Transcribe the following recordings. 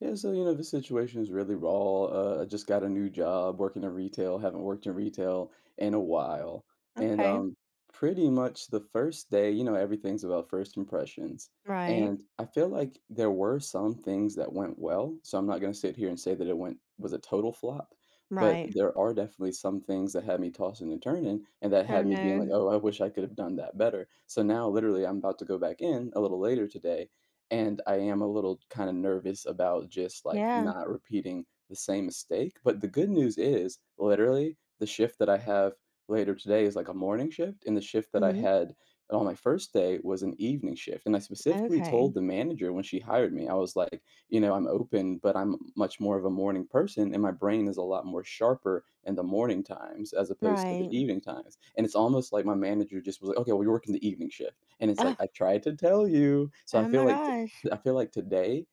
Yeah, so you know, this situation is really raw. I just got a new job working in retail, haven't worked in retail in a while. And Okay. Pretty much the first day, you know, everything's about first impressions. Right. And I feel like there were some things that went well. So I'm not going to sit here and say that it went was a total flop, but Right. there are definitely some things that had me tossing and turning and that Oh, had me being no. like, oh, I wish I could have done that better. So now literally I'm about to go back in a little later today and I am a little kind of nervous about just like Yeah. not repeating the same mistake. But the good news is, literally, the shift that I have later today is like a morning shift, and the shift that I Mhm. had on my first day was an evening shift. And I specifically told Okay. the manager when she hired me, I was like, you know, I'm open, but I'm much more of a morning person, and my brain is a lot more sharper in the morning times as opposed to the Right. evening times. And it's almost like my manager just was like, okay, well, you're working the evening shift. And it's like, Ugh. I tried to tell you. So I Oh feel my like gosh. I feel like today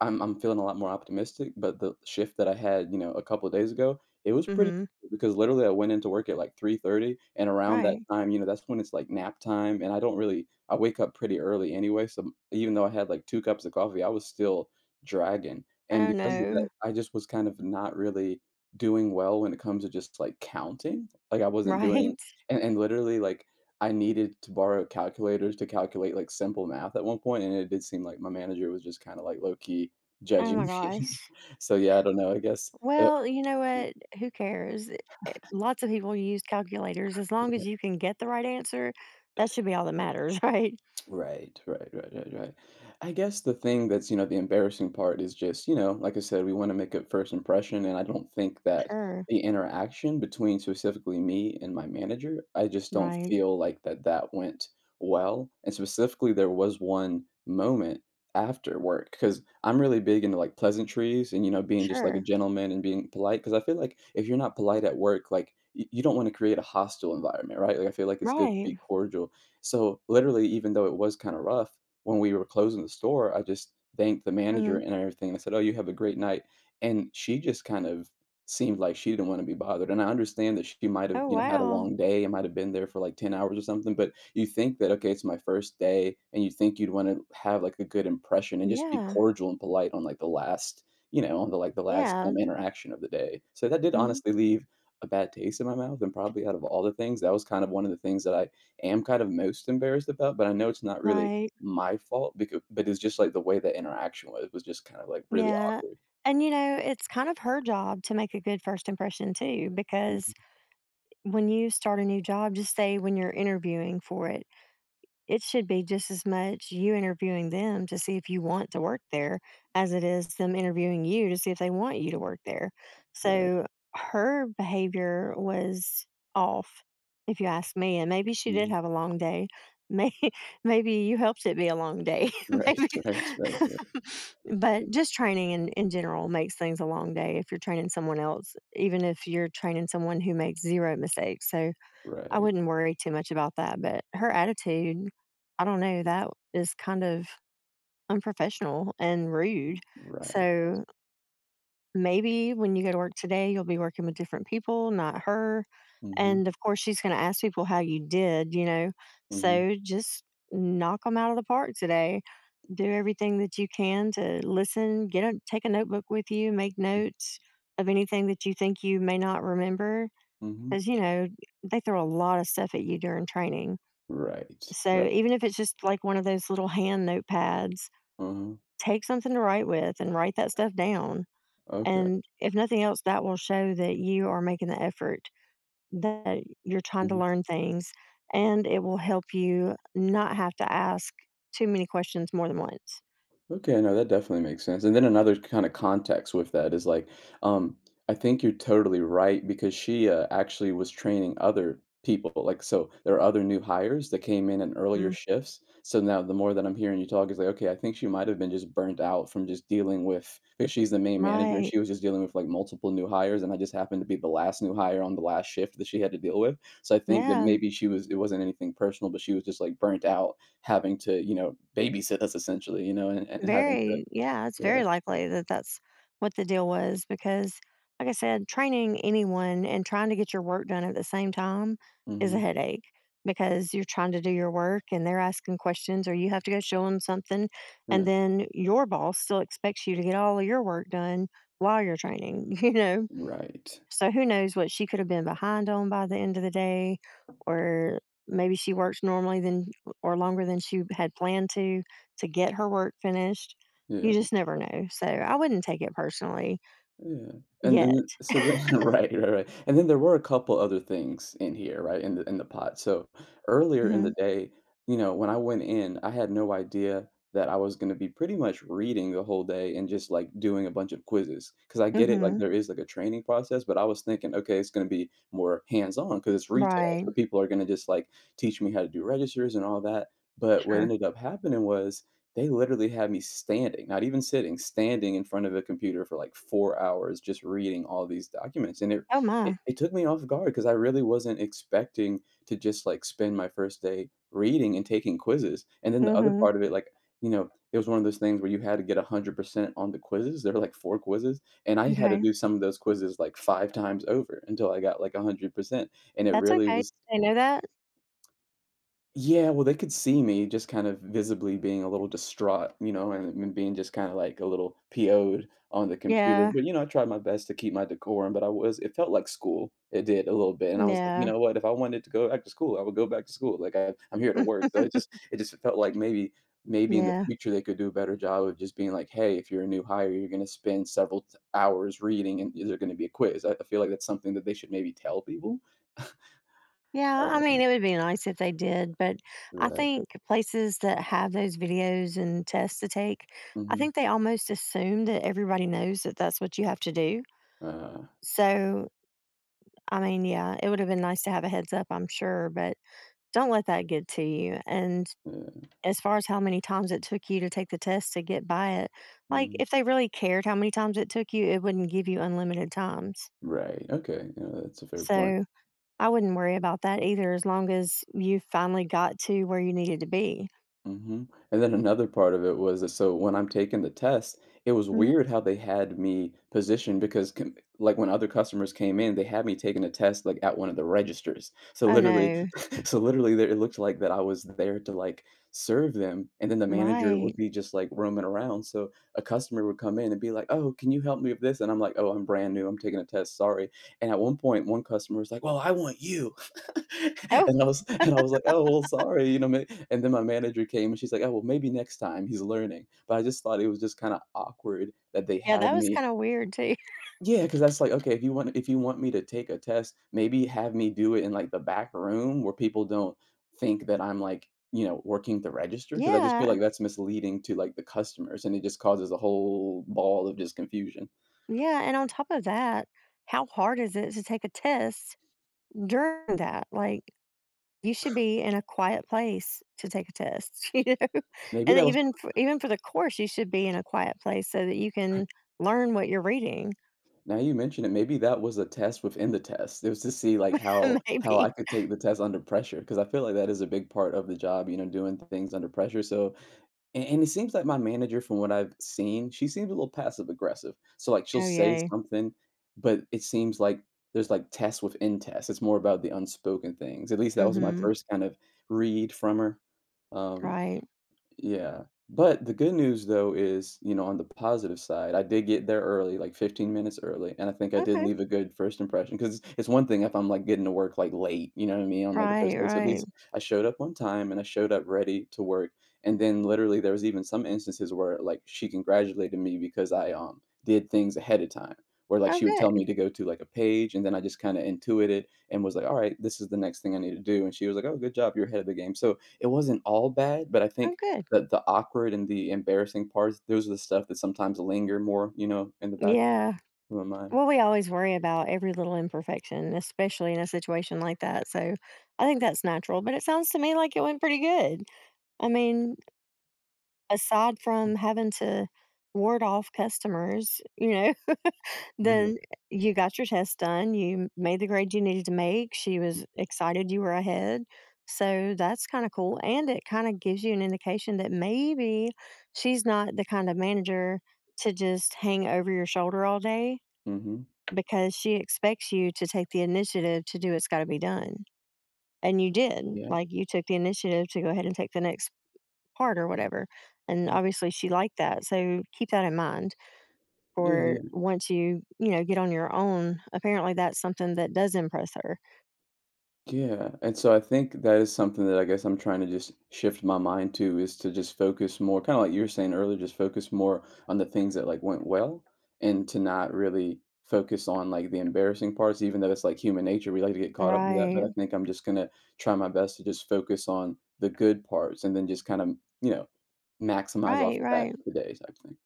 I'm feeling a lot more optimistic, but the shift that I had, you know, a couple of days ago, it was pretty Mhm. because literally I went into work at like 3:30 and around that Right. time, you know, that's when it's like nap time and I don't really I wake up pretty early anyway, so even though I had like 2 cups of coffee, I was still dragging. And Oh, because of that, no. I just was kind of not really doing well when it comes to just like counting. Like I wasn't doing Right. and literally like I needed to borrow calculators to calculate, like, simple math at one point, and it did seem like my manager was just kinda, like, low-key Oh judging my me. gosh. So, yeah, I don't know, I guess, uh Well, you know what? Who cares? Lots of people use calculators. As long as you can get the right answer, that should be all that matters, right? right, right, right, right, right. I guess the thing that's, you know, the embarrassing part is just, you know, like I said, we want to make a first impression. And I don't think that Sure. the interaction between specifically me and my manager, I just don't Right. feel like that went well. And specifically, there was one moment after work because I'm really big into like pleasantries and, you know, being just like a Sure. gentleman and being polite. Because I feel like if you're not polite at work, like, you don't want to create a hostile environment, right? Like I feel like it's good to Right. be cordial, so literally, even though it was kind of rough, when we were closing the store, I just thanked the manager Mhm. and everything. And I said, "Oh, you have a great night." And she just kind of seemed like she didn't want to be bothered. And I understand that she might have, Oh, you know, mhm, had a wow. long day and might have been there for like 10 hours or something. But you think that, okay, it's my first day, and you think you'd want to have like a good impression and just be Yeah. cordial and polite on like the last, you know, on the last Yeah. Interaction of the day. So that did Mhm. honestly leave a bad taste in my mouth. And probably out of all the things, that was kind of one of the things that I am kind of most embarrassed about, but I know it's not really Right. my fault because, but it's just, like, the way that interaction was just kind of, like, really Yeah. awkward. And, you know, it's kind of her job to make a good first impression too, Mhm. because when you start a new job, just say when you're interviewing for it, it should be just as much you interviewing them to see if you want to work there as it is them interviewing you to see if they want you to work there. Right. So her behavior was off, if you ask me. And maybe she did Mhm. have a long day. May Maybe you helped it be a long day. Right, Maybe. right, right, yeah. But just training in general makes things a long day if you're training someone else, even if you're training someone who makes zero mistakes. So I Right. wouldn't worry too much about that, but her attitude, I don't know, that is kind of unprofessional and rude. Right. So maybe when you go to work today, you'll be working with different people, not her. Mhm. And of course, she's going to ask people how you did, you know. Mhm. So just knock them out of the park today. Do everything that you can to listen, get a take a notebook with you, make Mm. notes of anything that you think you may not remember Mhm. because you know they throw a lot of stuff at you during training. Right. So Right. even if it's just like one of those little hand notepads, Uh-huh. take something to write with and write that stuff down. Okay. And if nothing else, that will show that you are making the effort, that you're trying to Mhm. learn things, and it will help you not have to ask too many questions more than once. Okay, no, that definitely makes sense. And then another kind of context with that is like, um, I think you're totally right because she actually was training other people. Like, so there are other new hires that came in earlier Mm. shifts. So now the more that I'm hearing you talk is like, okay, I think she might have been just burnt out from just dealing with because she's the main manager and Right. she was just dealing with like multiple new hires, and I just happened to be the last new hire on the last shift that she had to deal with. So I think that Yeah. maybe she was it wasn't anything personal, but she was just like burnt out having to, you know, babysit us essentially, you know, and having to, Very, yeah, it's yeah. very likely that that's what the deal was because, like I said, training anyone and trying to get your work done at the same time is a Mhm. headache because you're trying to do your work and they're asking questions or you have to go show them something. And Yeah. then your boss still expects you to get all of your work done while you're training, you know? Right. So who knows what she could have been behind on by the end of the day, or maybe she worked normally than or longer than she had planned to get her work finished. You Yeah. just never know. So I wouldn't take it personally Yeah, and then yet. so then right, right, right, and then there were a couple other things in here, right, in the pot, so earlier in the Mhm. day, you know, when I went in, I had no idea that I was gonna be pretty much reading the whole day and just, like, doing a bunch of quizzes. Because I get it, like, Mhm. there is, like, a training process, but I was thinking, "Okay, it's gonna be more hands-on on because it's retail, Right. so people are gonna just, like, teach me how to do registers and all that," but what Sure. ended up happening was they literally had me standing, not even sitting, standing in front of a computer for like 4 hours just reading all these documents, and it Oh it my. it took me off guard because I really wasn't expecting to just, like, spend my first day reading and taking quizzes, and then the other Mhm. part of it, like, you know, it was one of those things where you had to get 100% on the quizzes, there were, like, 4 quizzes, and I had to Okay. do some of those quizzes, like, 5 times over until I got, like, 100%, and it That's really okay. was, They know that. yeah, well, they could see me just kind of visibly being a little distraught, you know, and being just kinda, like, a little PO'd on the computer, Yeah. but, you know, I tried my best to keep my decorum, but I was it felt like school. It did a little bit, and I was like, "You Yeah. know what? If I wanted to go back to school, I would go back to school, like, I'm here to work." So it just felt like maybe maybe in the Yeah. future, they could do a better job of just being like, "Hey, if you're a new hire, you're gonna spend several t hours reading, and is there gonna be a quiz?" I feel like that's something that they should maybe tell people. Yeah, I mean, Um, it would be nice if they did, but I right. think places that have those videos and tests to take, I Mhm. think they almost assume that everybody knows that that's what you have to do. Uh So, I mean, yeah, it would have been nice to have a heads up, I'm sure, but don't let that get to you. And Yeah. as far as how many times it took you to take the test to get by it, like Mhm. if they really cared how many times it took you, it wouldn't give you unlimited times. Right, okay, yeah, that's a fair point. So, I wouldn't worry about that either as long as you finally got to where you needed to be. Mhm, and then another part of it was that so when I'm taking the test, it was Mhm. weird how they had me positioned because com like, when other customers came in, they had me taking a test, like, at one of the registers. So, Oh, literally no. so literally there it looked like that I was there to, like, serve them, and then the manager would Right. be just, like, roaming around, so a customer would come in and be like, "Oh, can you help me with this?" And I'm like, "Oh, I'm brand new, I'm taking a test, sorry." And at one point, one customer was like, "Well, I want you." Oh, And I was like, "Oh, well, sorry," you know, ma and then my manager came, and she's like, "Oh, well, maybe next time he's learning." But I just thought it was just kinda awkward that they yeah, had that was me, kinda weird too. yeah, because that's like, okay, if you want me to take a test, maybe have me do it in, like, the back room where people don't think that I'm, like, you know, working the register, because I just feel Yeah. like that's misleading to, like, the customers, and it just causes a whole ball of just confusion. Yeah, and on top of that, how hard is it to take a test during that? Like, you should be in a quiet place to take a test, you know? Maybe And that was even for the course, you should be in a quiet place so that you can learn what you're reading, Now you mention it, maybe that was a test within the test. It was to see, like, how I maybe. could take the test under pressure because I feel like that is a big part of the job, you know, doing things under pressure, so and it seems like my manager, from what I've seen, she seems a little passive aggressive. So, like, she'll Oh, say yay. something, but it seems like there's, like, tests within tests. It's more about the unspoken things. At least that was my Mhm. first kind of read from her. Um, Right. yeah. But the good news though is, you know, on the positive side, I did get there early, like 15 minutes early, and I think I did Okay. leave a good first impression because it's one thing if I'm like getting to work like late, you know what I mean, on like the Right, first day. So at right. least I showed up on time and I showed up ready to work. And then literally there was even some instances where like she congratulated me because I did things ahead of time. Where like Oh, she would tell good. me to go to like a page and then I just kind of intuited and was like, all right, this is the next thing I need to do. And she was like, oh, good job, you're ahead of the game. So it wasn't all bad, but I Oh, think good. the awkward and the embarrassing parts, those are the stuff that sometimes linger more, you know, in the back Yeah. of my mind. Well, we always worry about every little imperfection, especially in a situation like that. So I think that's natural, but it sounds to me like it went pretty good. I mean, aside Mm, from having to ward off customers, you know, yeah. then you got your test done, you made the grade you needed to make. She was excited you were ahead. So that's kind of cool. And it kind of gives you an indication that maybe she's not the kind of manager to just hang over your shoulder all day Mhm. because she expects you to take the initiative to do what's got to be done. And you did. Yeah. Like you took the initiative to go ahead and take the next part or whatever. And Yeah. obviously she liked that. So keep that in mind Yeah, for yeah. once you, you know, get on your own. Apparently that's something that does impress her. Yeah, and so I think that is something that I guess I'm trying to just shift my mind to is to just focus more, kind of like you were saying earlier, just focus more on the things that like went well and to not really focus on like the embarrassing parts, even though it's like human nature. We like to get caught up with that. But I Right. think I'm just gonna try my best to just focus on the good parts and then just kind of, you know, maximize off Right. of that Right. today type thing.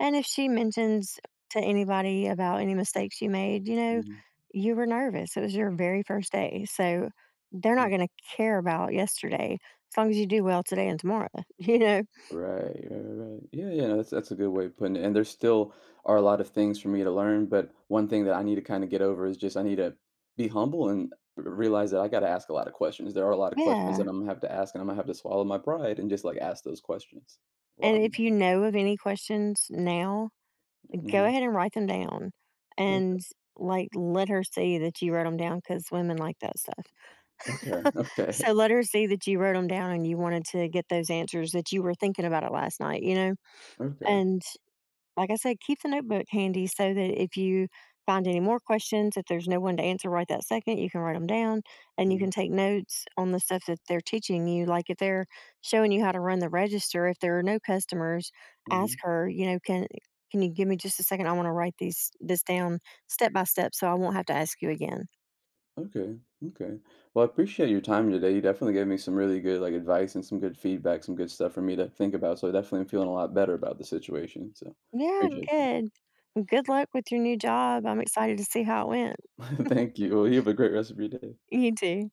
And if she mentions to anybody about any mistakes you made, you know, Mhm. you were nervous. It was your very first day. So they're not going to care about yesterday as long as you do well today and tomorrow, you know? Right, right, right. Yeah, yeah, no, that's a good way of putting it. And there still are a lot of things for me to learn, but one thing that I need to kind of get over is just I need to be humble and realize that I got to ask a lot of questions. There are a lot of questions Yeah. that I'm gonna have to ask, and I'm gonna have to swallow my pride and just like ask those questions while And I'm. if you know of any questions now, go Hmm. ahead and write them down Okay, and like let her see that you wrote them down because women like that stuff. okay, okay, So let her see that you wrote them down and you wanted to get those answers that you were thinking about it last night, you know? okay. And like I said, keep the notebook handy so that if you find any more questions, if there's no one to answer right that second, you can write them down and you Mm-hmm. can take notes on the stuff that they're teaching you. Like if they're showing you how to run the register, if there are no customers, Mm-hmm. ask her, you know, can you give me just a second? I want to write these this down step by step so I won't have to ask you again. Okay, okay. Well, I appreciate your time today. You definitely gave me some really good like advice and some good feedback, some good stuff for me to think about. So I definitely am feeling a lot better about the situation. So Yeah, appreciate you. good. Good luck with your new job. I'm excited to see how it went. Thank you. Well, you have a great rest of your day. You too.